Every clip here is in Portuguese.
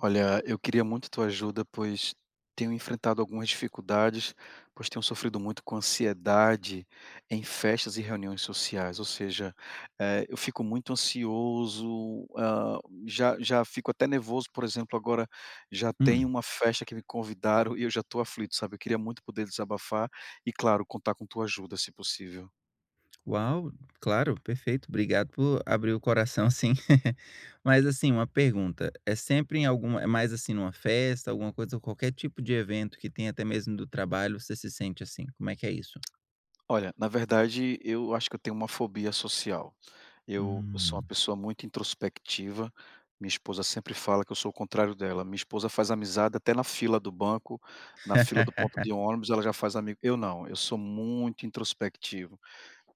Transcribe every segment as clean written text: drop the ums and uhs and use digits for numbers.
Olha, eu queria muito tua ajuda, pois tenho enfrentado algumas dificuldades, pois tenho sofrido muito com ansiedade em festas e reuniões sociais. Ou seja, eu fico muito ansioso, já fico até nervoso, por exemplo, agora já tem Hum, uma festa que me convidaram e eu já estou aflito, sabe? Eu queria muito poder desabafar e, claro, contar com tua ajuda, se possível. uau, claro, perfeito. Obrigado por abrir o coração, sim. Mas assim, uma pergunta, é sempre em alguma, é mais assim numa festa, alguma coisa, qualquer tipo de evento que tem até mesmo do trabalho, você se sente assim? Como é que é isso? Olha, na verdade, eu acho que eu tenho uma fobia social. Eu sou uma Hum. pessoa muito introspectiva, minha esposa sempre fala que eu sou o contrário dela. Minha esposa faz amizade até na fila do banco, na fila do ponto de ônibus, ela já faz amigo. Eu não, eu sou muito introspectivo.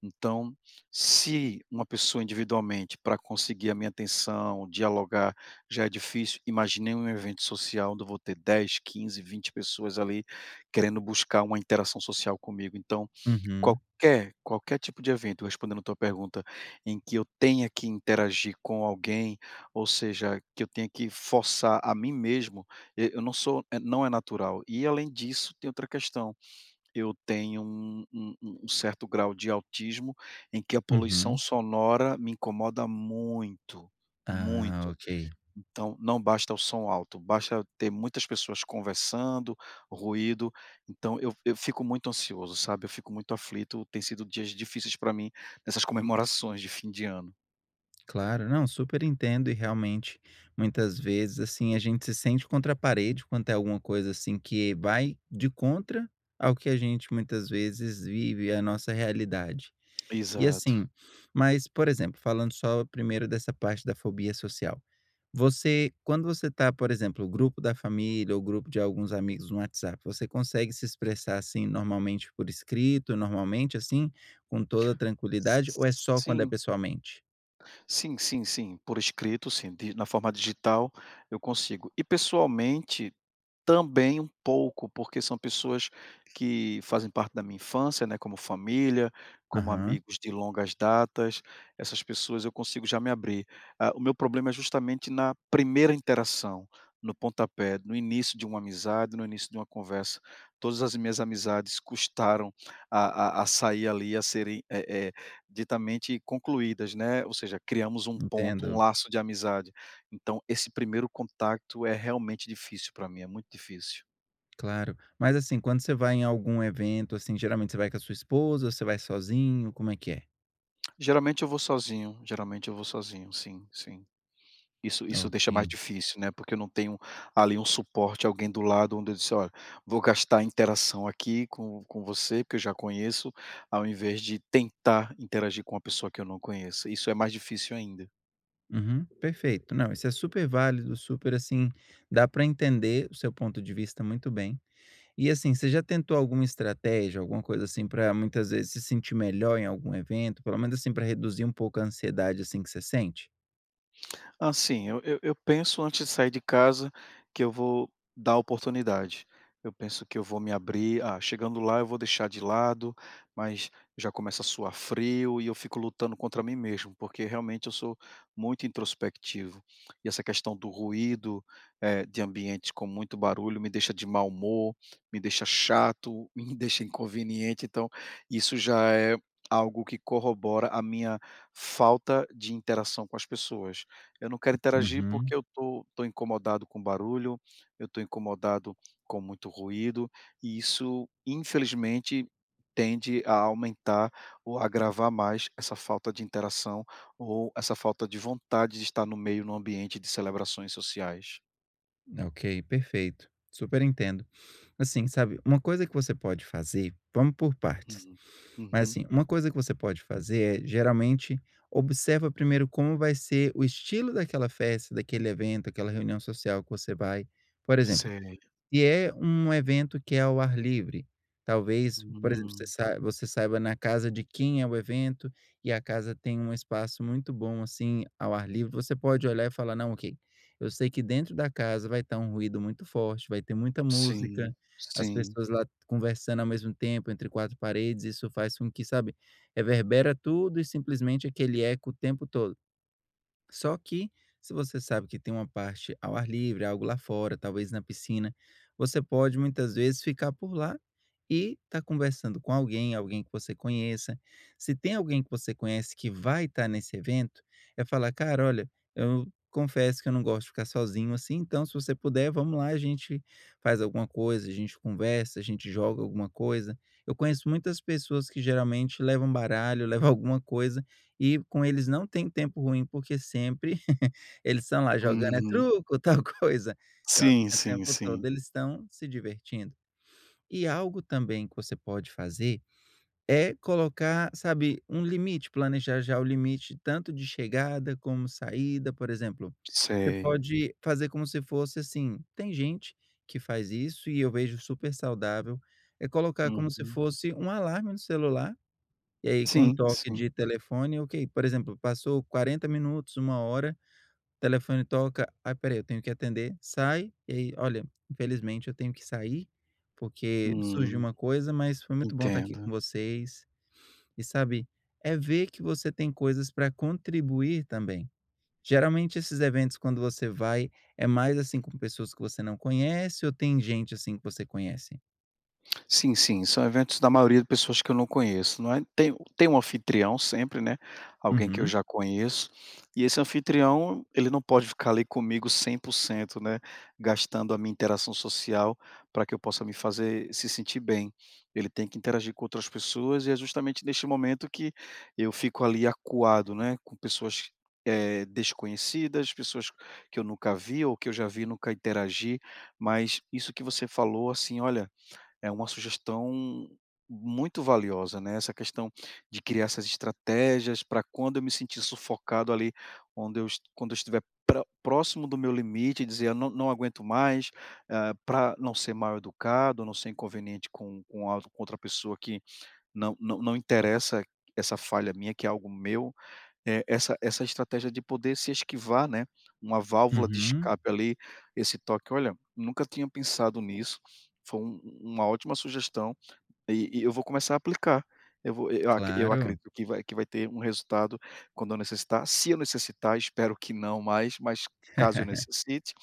Então, se uma pessoa individualmente, para conseguir a minha atenção, dialogar, já é difícil, imaginei um evento social onde eu vou ter 10, 15, 20 pessoas ali querendo buscar uma interação social comigo. Então, Uhum, qualquer tipo de evento, respondendo a tua pergunta, em que eu tenha que interagir com alguém, ou seja, que eu tenha que forçar a mim mesmo, e eu não sou não é natural. E além disso, tem outra questão, eu tenho um certo grau de autismo, em que a poluição uhum. sonora me incomoda muito, Ah, muito. ok. Então, não basta o som alto, basta ter muitas pessoas conversando, ruído. Então eu fico muito ansioso, sabe, eu fico muito aflito, tem sido dias difíceis para mim nessas comemorações de fim de ano. Claro, não, super entendo e realmente muitas vezes assim a gente se sente contra a parede quanto é alguma coisa assim que vai de contra ao que a gente muitas vezes vive, a nossa realidade. E Exato. assim, mas por exemplo, falando só primeiro dessa parte da fobia social. Você, quando você tá, por exemplo, o grupo da família ou grupo de alguns amigos no WhatsApp, você consegue se expressar assim normalmente por escrito, normalmente assim, com toda tranquilidade, ou é só quando é Sim, pessoalmente? sim, sim, sim, por escrito sim, di na forma digital eu consigo. E pessoalmente também um pouco, porque são pessoas que fazem parte da minha infância, né, como família, como Aham. amigos de longas datas, essas pessoas eu consigo já me abrir. Ah, o meu problema é justamente na primeira interação, no pontapé, no início de uma amizade, no início de uma conversa. Todas as minhas amizades custaram a sair ali, a serem, ditamente concluídas, né, ou seja, criamos um ponto, um Entendo, laço de amizade. Então esse primeiro contato é realmente difícil para mim, é muito difícil. claro. Mas, assim, quando você vai em algum evento, assim, geralmente você vai com a sua esposa, você vai sozinho, como é que é? Geralmente eu vou sozinho, geralmente eu vou sozinho, sim, sim. Isso Ok. deixa mais difícil, né, porque eu não tenho ali um suporte, alguém do lado onde eu disse: "Olha, vou gastar interação aqui com você, porque eu já conheço", ao invés de tentar interagir com uma pessoa que eu não conheço. Isso é mais difícil ainda. Uhum, perfeito. Não, isso é super válido, super, assim, dá para entender o seu ponto de vista muito bem. E, assim, você já tentou alguma estratégia, alguma coisa assim, para muitas vezes se sentir melhor em algum evento, pelo menos assim, para reduzir um pouco a ansiedade, assim, que você sente? Assim, eu penso antes de sair de casa que eu vou dar oportunidade. Eu penso que eu vou me abrir, chegando lá eu vou deixar de lado, mas já começa a suar frio e eu fico lutando contra mim mesmo, porque realmente eu sou muito introspectivo. E essa questão do ruído, de ambientes com muito barulho me deixa de mau humor, me deixa chato, me deixa inconveniente, então isso já é algo que corrobora a minha falta de interação com as pessoas. Eu não quero interagir porque Uhum. eu tô incomodado com barulho, eu tô incomodado com muito ruído, e isso infelizmente tende a aumentar ou agravar mais essa falta de interação ou essa falta de vontade de estar no meio, no ambiente de celebrações sociais. Ok, perfeito. Super entendo. Assim, sabe, uma coisa que você pode fazer, vamos por partes. Uhum. Mas Uhum. assim, uma coisa que você pode fazer é, geralmente, observa primeiro como vai ser o estilo daquela festa, daquele evento, aquela reunião social que você vai. Por exemplo, Sei. e é um evento que é ao ar livre. Talvez, por exemplo, Hum. Você saiba na casa de quem é o evento, e a casa tem um espaço muito bom, assim, ao ar livre, você pode olhar e falar: "Não, ok, eu sei que dentro da casa vai estar um ruído muito forte, vai ter muita Sim, música, as sim. pessoas lá conversando ao mesmo tempo entre 4 paredes, isso faz com que", sabe, reverbera tudo e simplesmente aquele eco o tempo todo. Só que, se você sabe que tem uma parte ao ar livre, algo lá fora, talvez na piscina, você pode muitas vezes ficar por lá e tá conversando com alguém, alguém que você conheça. Se tem alguém que você conhece que vai estar nesse evento, é falar: "Cara, olha, eu confesso que eu não gosto de ficar sozinho assim, então se você puder, vamos lá, a gente faz alguma coisa, a gente conversa, a gente joga alguma coisa". Eu conheço muitas pessoas que geralmente levam baralho, levam alguma coisa e com eles não tem tempo ruim, porque sempre eles estão lá jogando, é Uhum. truco, tal coisa. Então, assim, Sim, o sim, tempo todo sim. eles estão se divertindo. E algo também que você pode fazer é colocar, sabe, um limite, planejar já o limite tanto de chegada como saída, por exemplo. Você Sei. pode fazer como se fosse assim, tem gente que faz isso e eu vejo super saudável, é colocar como se Uhum. fosse um alarme no celular e aí com um Sim, toque sim. de telefone, ok. Por exemplo, passou 40 minutos, uma hora, o telefone toca, Ah, espera eu tenho que atender", sai, e aí: "Olha, infelizmente eu tenho que sair, porque surgiu Hum, uma coisa, mas foi muito bom estar aqui entendo. com vocês". E sabe, é ver que você tem coisas para contribuir também. Geralmente esses eventos quando você vai, é mais, assim, com pessoas que você não conhece ou tem gente, assim, que você conhece? Sim, sim, são eventos da maioria de pessoas que eu não conheço, não é. Tem um anfitrião sempre, né, alguém que eu Uhum, já conheço, e esse anfitrião, ele não pode ficar ali comigo 100%, né, gastando a minha interação social para que eu possa me fazer se sentir bem. Ele tem que interagir com outras pessoas e é justamente neste momento que eu fico ali acuado, né, com pessoas, desconhecidas, pessoas que eu nunca vi ou que eu já vi e nunca interagi, mas isso que você falou, assim, olha, é uma sugestão muito valiosa, né, essa questão de criar essas estratégias para quando eu me sentir sufocado ali, onde eu es quando eu estiver próximo do meu limite, dizer: "Eu não não aguento mais", para não ser mal educado, não ser inconveniente com outra pessoa que não não não interessa essa falha minha, que é algo meu. É, essa estratégia de poder se esquivar, né, uma válvula de uhum, escape ali, esse toque, olha, nunca tinha pensado nisso, foi uma ótima sugestão e eu vou começar a aplicar. Eu vou eu ac eu claro, acredito que vai ter um resultado quando eu necessitar, se eu necessitar, espero que não mais, mas caso eu necessite,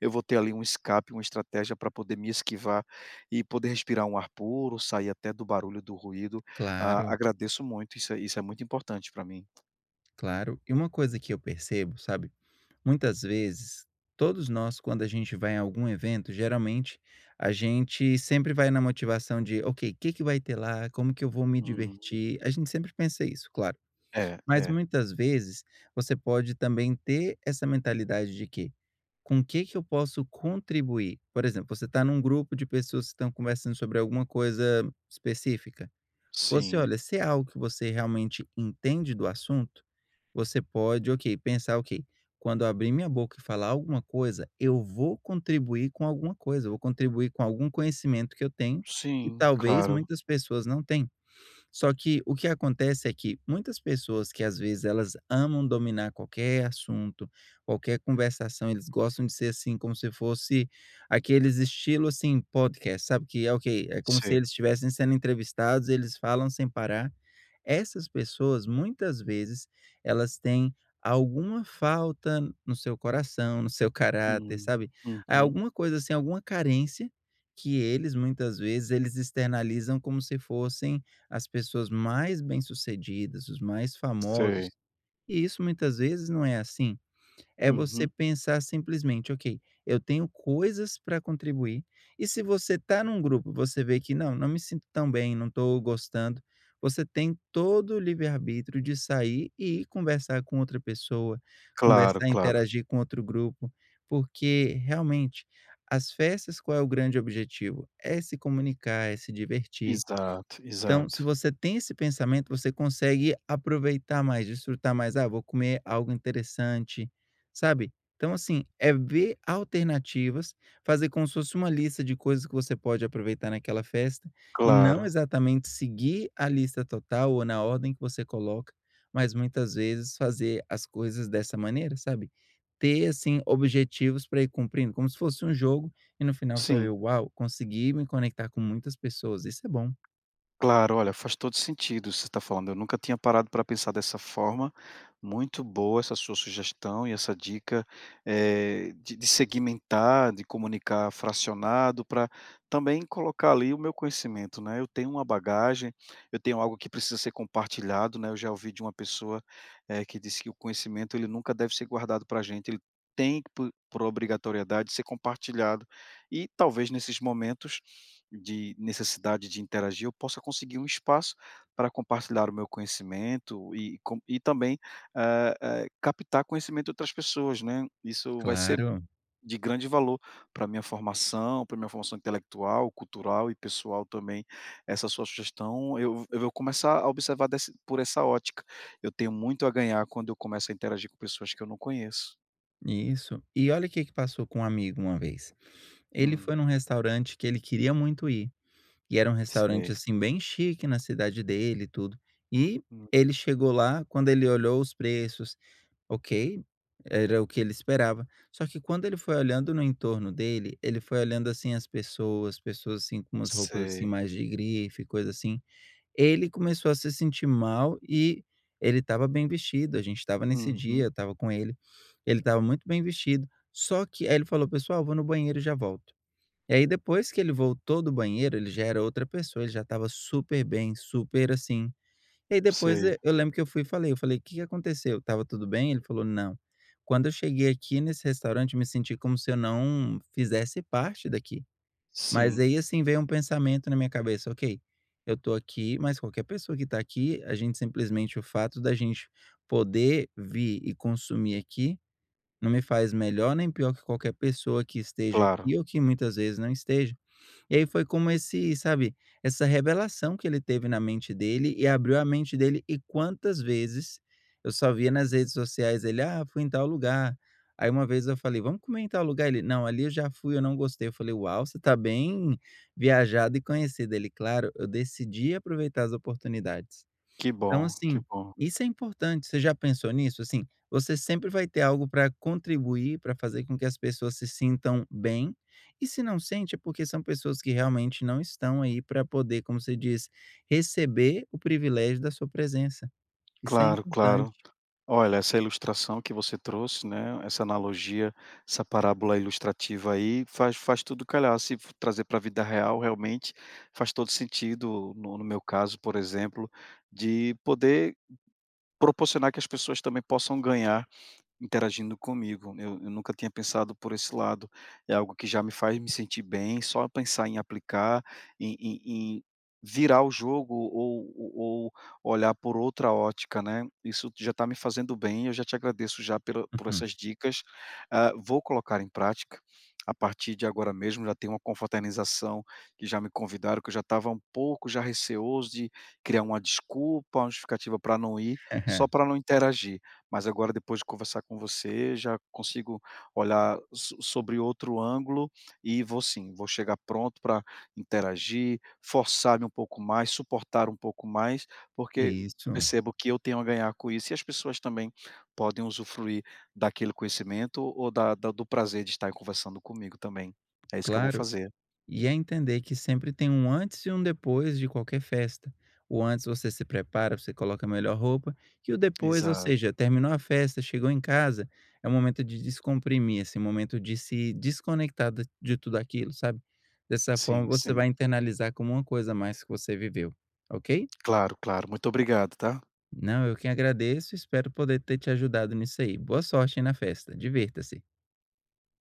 eu vou ter ali um escape, uma estratégia para poder me esquivar e poder respirar um ar puro, sair até do barulho, do ruído. Ah, claro. agradeço muito, isso é muito importante para mim. Claro. E uma coisa que eu percebo, sabe? Muitas vezes, todos nós, quando a gente vai em algum evento, geralmente a gente sempre vai na motivação de, ok, o que que vai ter lá? Como que eu vou me Hum. divertir? A gente sempre pensa isso, claro. É, Mas é. muitas vezes você pode também ter essa mentalidade de que, com o que que eu posso contribuir? Por exemplo, você está num grupo de pessoas que estão conversando sobre alguma coisa específica. Você Sim, olha, se é algo que você realmente entende do assunto, você pode, ok, pensar, ok, quando eu abrir minha boca e falar alguma coisa, eu vou contribuir com alguma coisa, eu vou contribuir com algum conhecimento que eu tenho, que sim, talvez claro. muitas pessoas não têm. Só que o que acontece é que muitas pessoas que às vezes elas amam dominar qualquer assunto, qualquer conversação, eles gostam de ser assim, como se fosse aqueles estilos assim, podcast, sabe? Que é ok, é como se Sei. eles estivessem sendo entrevistados, eles falam sem parar. Essas pessoas, muitas vezes, elas têm alguma falta no seu coração, no seu caráter, Hum, sabe, há uhum. alguma coisa assim, alguma carência que eles, muitas vezes, eles externalizam como se fossem as pessoas mais bem-sucedidas, os mais Sei. famosos, e isso muitas vezes não é assim. É você Uhum. pensar simplesmente: "Ok, eu tenho coisas para contribuir", e se você tá num grupo, você vê que: "Não, não me sinto tão bem, não estou gostando", você tem todo o livre-arbítrio de sair e ir conversar com outra pessoa, Claro, conversar, claro. interagir com outro grupo, porque realmente as festas qual é o grande objetivo? É se comunicar, é se divertir, Exato, então, se exato. você tem esse pensamento, você consegue aproveitar mais, desfrutar mais. Ah, vou comer algo interessante, sabe? Então, assim, é ver alternativas, fazer como se fosse uma lista de coisas que você pode aproveitar naquela festa e não Claro, exatamente seguir a lista total ou na ordem que você coloca, mas muitas vezes fazer as coisas dessa maneira, sabe? Ter, assim, objetivos para ir cumprindo, como se fosse um jogo e no final você vai ver, sim. uau, consegui me conectar com muitas pessoas. Isso é bom. Claro, olha, faz todo sentido o que você está falando. Eu nunca tinha parado para pensar dessa forma. Muito boa essa sua sugestão e essa dica de segmentar, de comunicar fracionado, para também colocar ali o meu conhecimento, né? Eu tenho uma bagagem, eu tenho algo que precisa ser compartilhado, né? Eu já ouvi de uma pessoa que disse que o conhecimento ele nunca deve ser guardado para a gente. Ele tem que, por obrigatoriedade, ser compartilhado. E talvez nesses momentos de necessidade de interagir, eu possa conseguir um espaço para compartilhar o meu conhecimento e também, captar conhecimento de outras pessoas, né. Isso vai ser Claro, de grande valor para minha formação intelectual, cultural e pessoal também. Essa sua sugestão, eu vou começar a observar desse por essa ótica. Eu tenho muito a ganhar quando eu começo a interagir com pessoas que eu não conheço. isso. E olha o que que passou com um amigo uma vez. Ele Hum, foi num restaurante que ele queria muito ir, e era um restaurante, sei. assim, bem chique na cidade dele e tudo. E ele Uhum. chegou lá, quando ele olhou os preços, ok, era o que ele esperava. Só que quando ele foi olhando no entorno dele, ele foi olhando, assim, as pessoas, pessoas, assim, com umas roupas, assim, Sei. mais de grife, coisa assim. Ele começou a se sentir mal e ele estava bem vestido, a gente estava nesse Uhum. dia, eu estava com ele, ele estava muito bem vestido, só que aí ele falou: "Pessoal, vou no banheiro e já volto". E aí depois que ele voltou do banheiro, ele já era outra pessoa, ele já estava super bem, super assim. E aí depois Sei. e eu lembro que eu fui e falei, eu falei: que aconteceu? Estava tudo bem?" Ele falou: "Não, quando eu cheguei aqui nesse restaurante, me senti como se eu não fizesse parte daqui". Mas Sim, aí, assim, veio um pensamento na minha cabeça: "Ok, eu estou aqui, mas qualquer pessoa que está aqui, a gente simplesmente o fato da gente poder vir e consumir aqui, não me faz melhor nem pior que qualquer pessoa que esteja claro. aqui ou que muitas vezes não esteja". E aí foi como esse, sabe, essa revelação que ele teve na mente dele e abriu a mente dele. E quantas vezes eu só via nas redes sociais ele: "Ah, fui em tal lugar". Aí uma vez eu falei: "Vamos comer em tal lugar?" Ele: "Não, ali eu já fui, eu não gostei". Eu falei: "Uau, você tá bem viajado e conhecido". Ele: "Claro, eu decidi aproveitar as oportunidades". Que Então, bom, que assim, bom. isso é importante. Você já pensou nisso? Assim, você sempre vai ter algo para contribuir, para fazer com que as pessoas se sintam bem. E se não sente, é porque são pessoas que realmente não estão aí para poder, como se diz, receber o privilégio da sua presença. Isso é Claro, claro. importante. Olha, essa ilustração que você trouxe, né, essa analogia, essa parábola ilustrativa aí, faz tudo calhar. Se f trazer para a vida real, realmente faz todo sentido, no meu caso, por exemplo, de poder proporcionar que as pessoas também possam ganhar interagindo comigo, eu nunca tinha pensado por esse lado, é algo que já me faz me sentir bem, só pensar em aplicar, em virar o jogo ou olhar por outra ótica, né, isso já está me fazendo bem, eu já te agradeço já pela por Uhum. essas dicas, vou colocar em prática, a partir de agora mesmo, já tem uma confraternização que já me convidaram, que eu já estava um pouco já receoso de criar uma desculpa, uma justificativa para não ir, só para não interagir. Mas agora depois de conversar com você, já consigo olhar sobre outro ângulo e vou sim, vou chegar pronto para interagir, forçar-me um pouco mais, suportar um pouco mais, porque Isso, percebo que eu tenho a ganhar com isso e as pessoas também podem usufruir daquele conhecimento ou da da do prazer de estar conversando comigo também. É isso que eu vou claro. fazer. E é entender que sempre tem um antes e um depois de qualquer festa. O antes você se prepara, você coloca a melhor roupa, e o depois, ou seja, Exato. terminou a festa, chegou em casa, é o momento de descomprimir, esse momento de se desconectar da- de tudo aquilo, sabe? Dessa forma Sim, você sim. vai internalizar como uma coisa a mais que você viveu, ok? Claro, claro. Muito obrigado, tá? Não, eu que agradeço, espero poder ter te ajudado nisso aí. Boa sorte aí na festa, divirta-se.